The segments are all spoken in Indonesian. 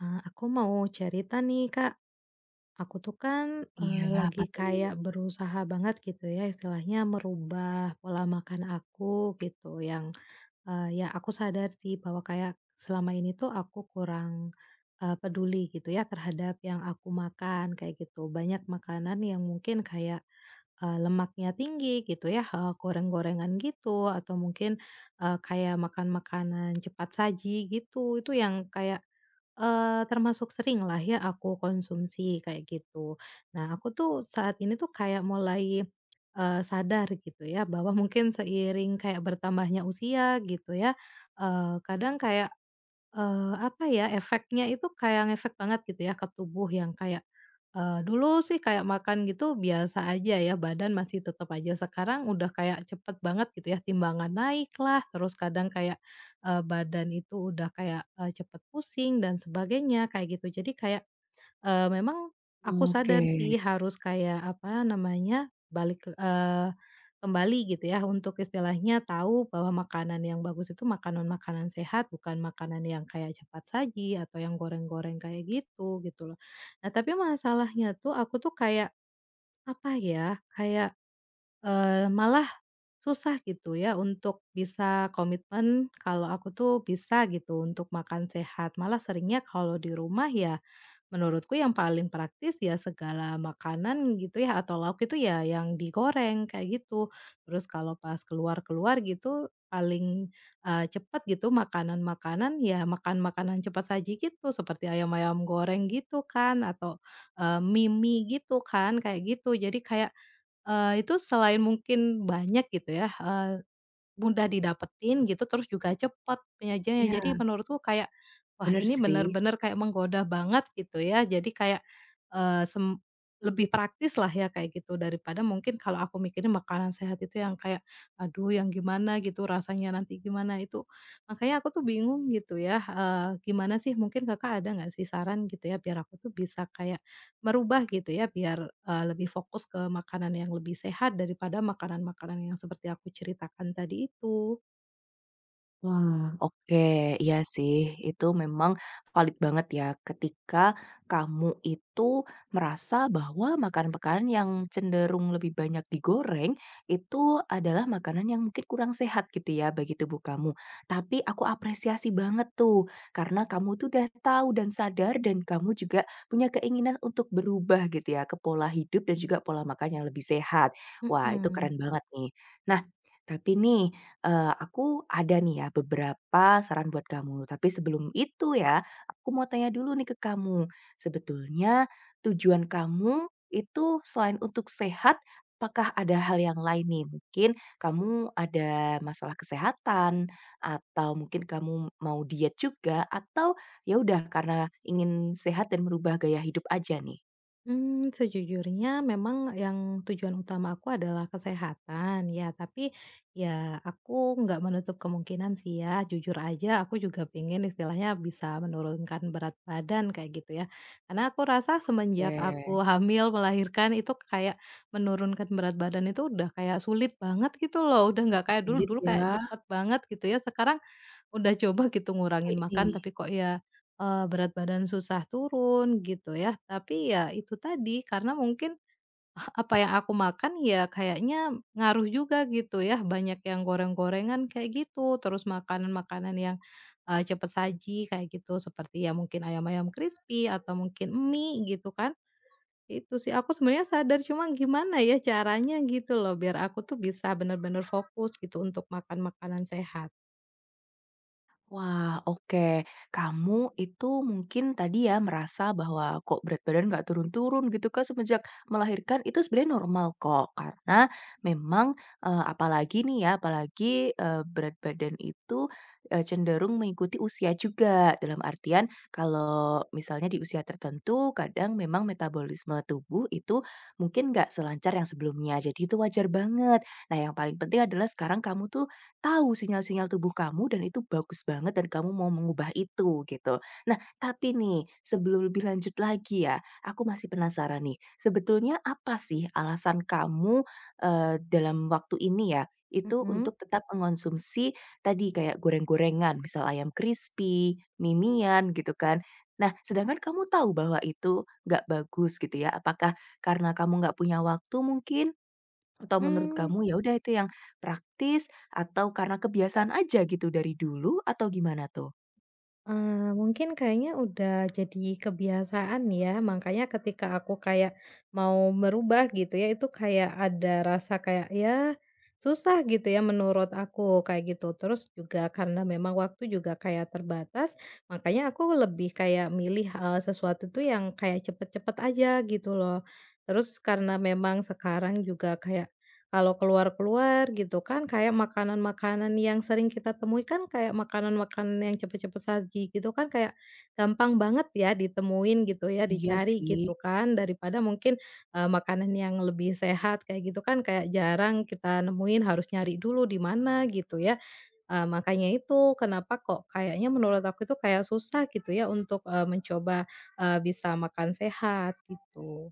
Aku mau cerita nih, Kak. Aku tuh kan, Iya, apa lagi tuh? kayak berusaha banget gitu ya istilahnya merubah pola makan aku gitu yang, ya aku sadar sih bahwa kayak selama ini tuh aku kurang, peduli gitu ya terhadap yang aku makan kayak gitu. Banyak makanan yang mungkin kayak lemaknya tinggi gitu ya, goreng-gorengan gitu atau mungkin, kayak makan makanan cepat saji gitu, itu yang kayak, termasuk sering lah ya aku konsumsi kayak gitu. Nah aku tuh saat ini tuh kayak mulai, sadar gitu ya bahwa mungkin seiring kayak bertambahnya usia gitu ya, kadang kayak apa ya, efeknya itu kayak ngefek banget gitu ya ke tubuh yang kayak, dulu sih kayak makan gitu biasa aja ya, badan masih tetep aja, sekarang udah kayak cepet banget gitu ya, timbangan naik lah terus kadang kayak, badan itu udah kayak, cepet pusing dan sebagainya, kayak gitu. Jadi kayak memang aku sadar sih Oke. harus kayak, apa namanya, balik, kembali gitu ya untuk istilahnya tahu bahwa makanan yang bagus itu makanan-makanan sehat, bukan makanan yang kayak cepat saji atau yang goreng-goreng kayak gitu, gitu loh. Nah, tapi masalahnya tuh aku tuh kayak, apa ya, kayak, malah susah gitu ya untuk bisa komitmen kalau aku tuh bisa gitu untuk makan sehat, malah seringnya kalau di rumah ya. Menurutku yang paling praktis ya segala makanan gitu ya atau lauk itu ya yang digoreng kayak gitu. Terus kalau pas keluar-keluar gitu paling, cepet gitu makanan-makanan ya makan makanan cepat saji gitu seperti ayam-ayam goreng gitu kan atau, mie-mie gitu kan kayak gitu. Jadi kayak, itu selain mungkin banyak gitu ya, mudah didapetin gitu, terus juga cepat penyajiannya. Iya, Jadi menurutku kayak, wah bener ini sih. bener-bener kayak menggoda banget gitu ya. Jadi kayak, eee, sem lebih praktis lah ya kayak gitu daripada mungkin kalau aku mikirin makanan sehat itu yang kayak, aduh yang gimana gitu rasanya nanti gimana itu. Makanya aku tuh bingung gitu ya, gimana sih mungkin Kakak ada nggak sih saran gitu ya biar aku tuh bisa kayak merubah gitu ya biar, lebih fokus ke makanan yang lebih sehat daripada makanan-makanan yang seperti aku ceritakan tadi itu, Wah, oke. Iya sih, itu memang valid banget ya ketika kamu itu merasa bahwa makanan-makanan yang cenderung lebih banyak digoreng itu adalah makanan yang mungkin kurang sehat gitu ya bagi tubuh kamu. Tapi aku apresiasi banget tuh karena kamu tuh udah tahu dan sadar dan kamu juga punya keinginan untuk berubah gitu ya ke pola hidup dan juga pola makan yang lebih sehat. Wah, itu mhm. keren banget nih. Nah, tapi nih aku ada nih ya beberapa saran buat kamu, tapi sebelum itu ya, aku mau tanya dulu nih ke kamu. Sebetulnya tujuan kamu itu selain untuk sehat, apakah ada hal yang lain nih? Mungkin kamu ada masalah kesehatan, atau mungkin kamu mau diet juga, atau ya udah karena ingin sehat dan merubah gaya hidup aja nih? Hmm, sejujurnya memang yang tujuan utama aku adalah kesehatan ya, tapi ya aku nggak menutup kemungkinan sih ya, jujur aja aku juga pengen istilahnya bisa menurunkan berat badan kayak gitu ya. Karena aku rasa semenjak Oke, aku hamil, melahirkan itu kayak menurunkan berat badan itu udah kayak sulit banget gitu loh, udah nggak kayak dulu, sulit dulu kayak ya, cepet banget gitu ya, sekarang udah coba gitu ngurangin oke makan nih. tapi kok ya, berat badan susah turun gitu ya. Tapi ya itu tadi, karena mungkin apa yang aku makan ya kayaknya ngaruh juga gitu ya, banyak yang goreng-gorengan kayak gitu, terus makanan-makanan yang, cepat saji kayak gitu, seperti ya mungkin ayam-ayam crispy atau mungkin mie gitu kan. Itu sih, aku sebenarnya sadar cuma gimana ya caranya gitu loh biar aku tuh bisa bener-bener fokus gitu untuk makan makanan sehat. Wah, oke. Kamu itu mungkin tadi ya merasa bahwa kok berat badan nggak turun-turun gitu kan semenjak melahirkan itu sebenarnya normal kok. Karena memang eh, apalagi nih ya, apalagi eh, berat badan itu eh, cenderung mengikuti usia juga. Dalam artian kalau misalnya di usia tertentu kadang memang metabolisme tubuh itu mungkin nggak selancar yang sebelumnya. Jadi itu wajar banget. Nah, yang paling penting adalah sekarang kamu tuh tahu sinyal-sinyal tubuh kamu dan itu bagus banget dan kamu mau mengubah itu gitu. Nah, tapi nih sebelum lebih lanjut lagi ya, aku masih penasaran nih. Sebetulnya apa sih alasan kamu, dalam waktu ini ya, itu Mhm. untuk tetap mengonsumsi tadi kayak goreng-gorengan, misal ayam crispy, mie gitu kan. Nah, sedangkan kamu tahu bahwa itu nggak bagus gitu ya. Apakah karena kamu nggak punya waktu mungkin? Atau menurut Mmm. kamu ya udah itu yang praktis atau karena kebiasaan aja gitu dari dulu atau gimana tuh? Mungkin kayaknya udah jadi kebiasaan ya, makanya ketika aku kayak mau berubah gitu ya, itu kayak ada rasa kayak, ya susah gitu ya menurut aku, kayak gitu. Terus juga karena memang waktu juga kayak terbatas, makanya aku lebih kayak milih, sesuatu tuh yang kayak cepet-cepet aja gitu loh. Terus karena memang sekarang juga kayak kalau keluar-keluar gitu kan kayak makanan-makanan yang sering kita temui kan kayak makanan-makanan yang cepet-cepet saji gitu kan kayak gampang banget ya ditemuin gitu ya, Iya dicari sih. gitu kan daripada mungkin, makanan yang lebih sehat kayak gitu kan kayak jarang kita nemuin harus nyari dulu di mana gitu ya. Makanya itu kenapa kok kayaknya menurut aku itu kayak susah gitu ya untuk, mencoba, bisa makan sehat gitu.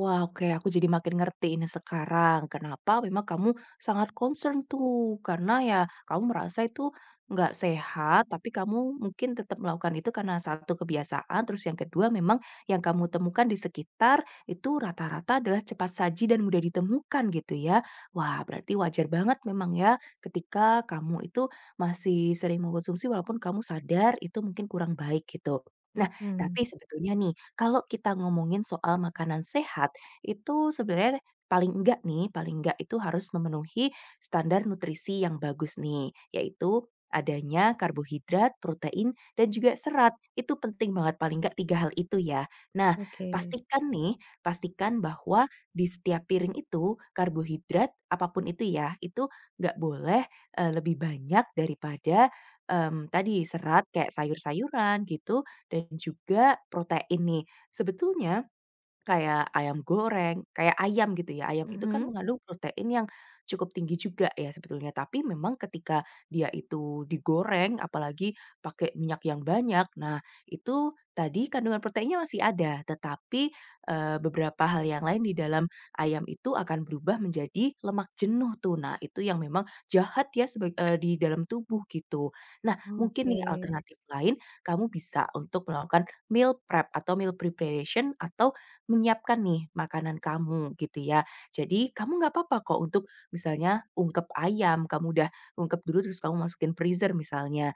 Wah, oke, aku jadi makin ngerti ini sekarang. Kenapa memang kamu sangat concern tuh, karena ya kamu merasa itu nggak sehat, tapi kamu mungkin tetap melakukan itu karena satu kebiasaan, terus yang kedua memang yang kamu temukan di sekitar itu rata-rata adalah cepat saji dan mudah ditemukan gitu ya. Wah, berarti wajar banget memang ya ketika kamu itu masih sering mengkonsumsi walaupun kamu sadar itu mungkin kurang baik gitu. Nah, Mhm, tapi sebetulnya nih, kalau kita ngomongin soal makanan sehat, itu sebenarnya paling enggak nih, paling enggak itu harus memenuhi standar nutrisi yang bagus nih, yaitu adanya karbohidrat, protein, dan juga serat. Itu penting banget, paling enggak tiga hal itu ya. Nah, oke. pastikan nih, pastikan bahwa di setiap piring itu karbohidrat apapun itu ya, itu nggak boleh eh, lebih banyak daripada em, tadi serat kayak sayur-sayuran gitu dan juga protein nih. Sebetulnya kayak ayam goreng, kayak ayam gitu ya, ayam itu kan Mhm, mengandung protein yang cukup tinggi juga ya sebetulnya, tapi memang ketika dia itu digoreng, apalagi pakai minyak yang banyak, nah itu tadi kandungan proteinnya masih ada, tetapi, beberapa hal yang lain di dalam ayam itu akan berubah menjadi lemak jenuh tuh. Nah itu yang memang jahat ya di dalam tubuh gitu. Nah mungkin oke. nih alternatif lain, kamu bisa untuk melakukan meal prep atau meal preparation atau menyiapkan nih makanan kamu gitu ya. Jadi kamu nggak apa-apa kok untuk misalnya ungkep ayam, kamu udah ungkep dulu terus kamu masukin freezer misalnya.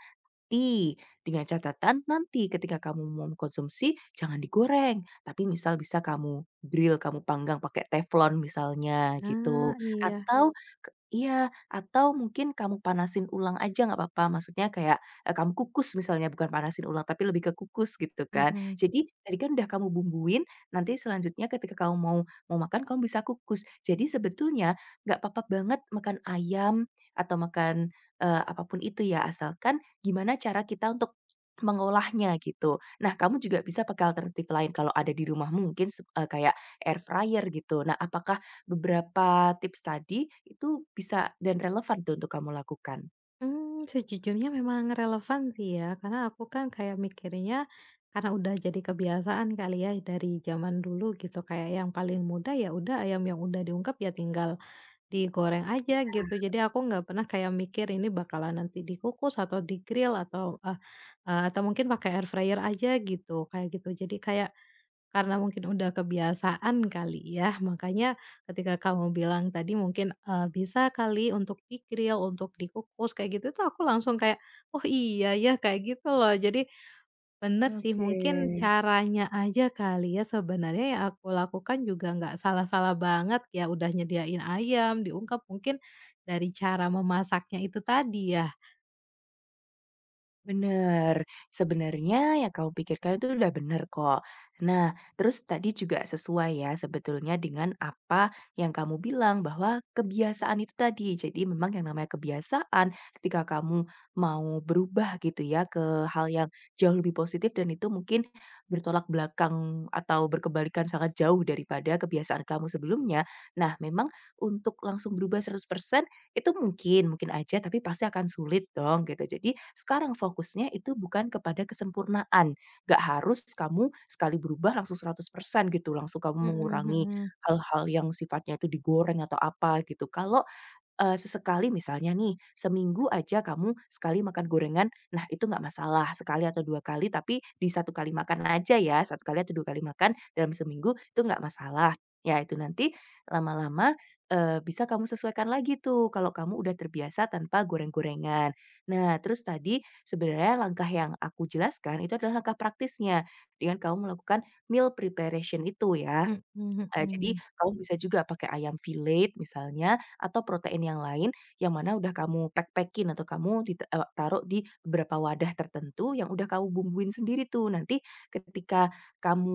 Roti, dengan catatan nanti ketika kamu mau mengkonsumsi jangan digoreng, tapi misal bisa kamu grill, kamu panggang pakai teflon misalnya Ah, gitu, iya. atau ke iya, atau mungkin kamu panasin ulang aja nggak apa-apa, maksudnya kayak, kamu kukus misalnya, bukan panasin ulang, tapi lebih ke kukus gitu kan. Mhm. Jadi tadi kan udah kamu bumbuin, nanti selanjutnya ketika kamu mau mau makan kamu bisa kukus. Jadi sebetulnya nggak apa-apa banget makan ayam atau makan, apa itu ya, asalkan gimana cara kita untuk mengolahnya gitu. Nah, kamu juga bisa pakai alternatif lain kalau ada di rumah mungkin kayak air fryer gitu. Nah, apakah beberapa tips tadi itu bisa dan relevan tuh untuk kamu lakukan? Mmm, sejujurnya memang relevan sih ya, karena aku kan kayak mikirnya, karena udah jadi kebiasaan kali ya dari zaman dulu gitu, kayak yang paling mudah ya udah ayam yang udah diungkep ya tinggal digoreng aja gitu. Jadi aku nggak pernah kayak mikir ini bakalan nanti dikukus atau di atau, eee eee, atau mungkin pakai air fryer aja gitu, kayak gitu. Jadi kayak karena mungkin udah kebiasaan kali ya, makanya ketika kamu bilang tadi mungkin, bisa kali untuk di-grill, untuk dikukus kayak gitu tuh aku langsung kayak, "Oh iya ya," kayak gitu loh. Jadi bener sih Oke. mungkin caranya aja kali ya sebenarnya yang aku lakukan juga nggak salah-salah banget ya, udah nyediain ayam, diungkep, mungkin dari cara memasaknya itu tadi ya? Bener, sebenarnya yang kamu pikirkan itu udah bener kok. Nah, terus tadi juga sesuai ya sebetulnya dengan apa yang kamu bilang bahwa kebiasaan itu tadi. Jadi memang yang namanya kebiasaan ketika kamu mau berubah gitu ya ke hal yang jauh lebih positif dan itu mungkin bertolak belakang atau berkebalikan sangat jauh daripada kebiasaan kamu sebelumnya. Nah, memang untuk langsung berubah 100% itu mungkin, mungkin aja, tapi pasti akan sulit dong gitu. Jadi sekarang fokusnya itu bukan kepada kesempurnaan. Gak harus kamu sekali berubah langsung 100% gitu, langsung kamu Mhm mengurangi mhm. hal-hal yang sifatnya itu digoreng atau apa gitu. Sesekali misalnya nih, seminggu aja kamu sekali makan gorengan, nah itu nggak masalah, sekali atau 2 kali, tapi di satu kali makan aja ya, satu kali atau 2 kali makan dalam seminggu itu nggak masalah. Ya itu nanti lama-lama, bisa kamu sesuaikan lagi tuh kalau kamu udah terbiasa tanpa goreng-gorengan. Nah terus tadi sebenarnya langkah yang aku jelaskan itu adalah langkah praktisnya, dengan kamu melakukan meal preparation itu ya. Mhm Jadi mhm. kamu bisa juga pakai ayam fillet misalnya atau protein yang lain yang mana udah kamu pack pack atau kamu taruh di beberapa wadah tertentu yang udah kamu bumbuin sendiri tuh. Nanti ketika kamu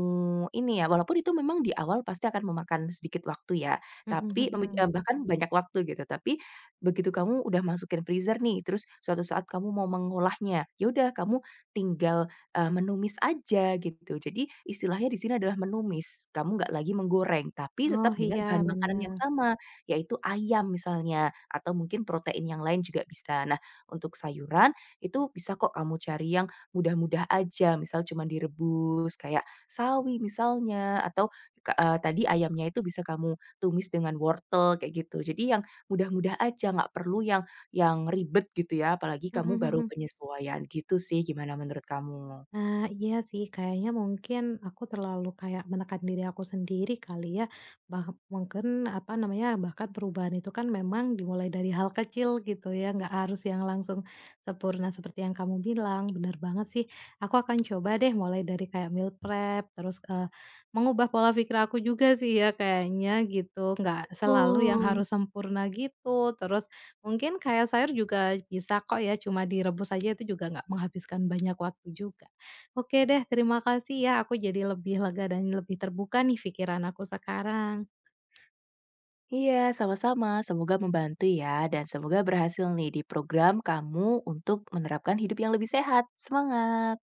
ini ya, walaupun itu memang di awal pasti akan memakan sedikit waktu ya, Mhm tapi mhm mhm. bahkan banyak waktu gitu, tapi begitu kamu udah masukin freezer nih, terus suatu saat kamu mau mengolahnya, ya udah kamu tinggal menumis aja gitu. Jadi istilahnya di sini adalah menumis, kamu nggak lagi menggoreng, tapi tetap Oh dengan iya bahan makanan yang benar. sama, yaitu ayam misalnya atau mungkin protein yang lain juga bisa. Nah, untuk sayuran itu bisa kok kamu cari yang mudah-mudah aja, misal cuma direbus kayak sawi misalnya atau tadi ayamnya itu bisa kamu tumis dengan wortel kayak gitu. Jadi yang mudah-mudah aja, nggak perlu yang ribet gitu ya, apalagi kamu baru penyesuaian, gitu sih. Gimana menurut kamu? Nah, iya sih kayaknya mungkin aku terlalu kayak menekan diri aku sendiri kali ya. Mungkin apa namanya, bahkan perubahan itu kan memang dimulai dari hal kecil gitu ya, nggak harus yang langsung sempurna seperti yang kamu bilang, bener banget sih. Aku akan coba deh mulai dari kayak meal prep, terus, mengubah pola pikir aku juga sih ya kayaknya gitu, nggak selalu yang Betul. harus sempurna gitu. Terus mungkin kayak sayur juga bisa kok ya, cuma direbus aja itu juga nggak menghabiskan banyak waktu juga. Oke deh, terima kasih ya, aku jadi lebih lega dan lebih terbuka nih pikiran aku sekarang. Iya, sama-sama. Semoga membantu ya, dan semoga berhasil nih di program kamu untuk menerapkan hidup yang lebih sehat. Semangat!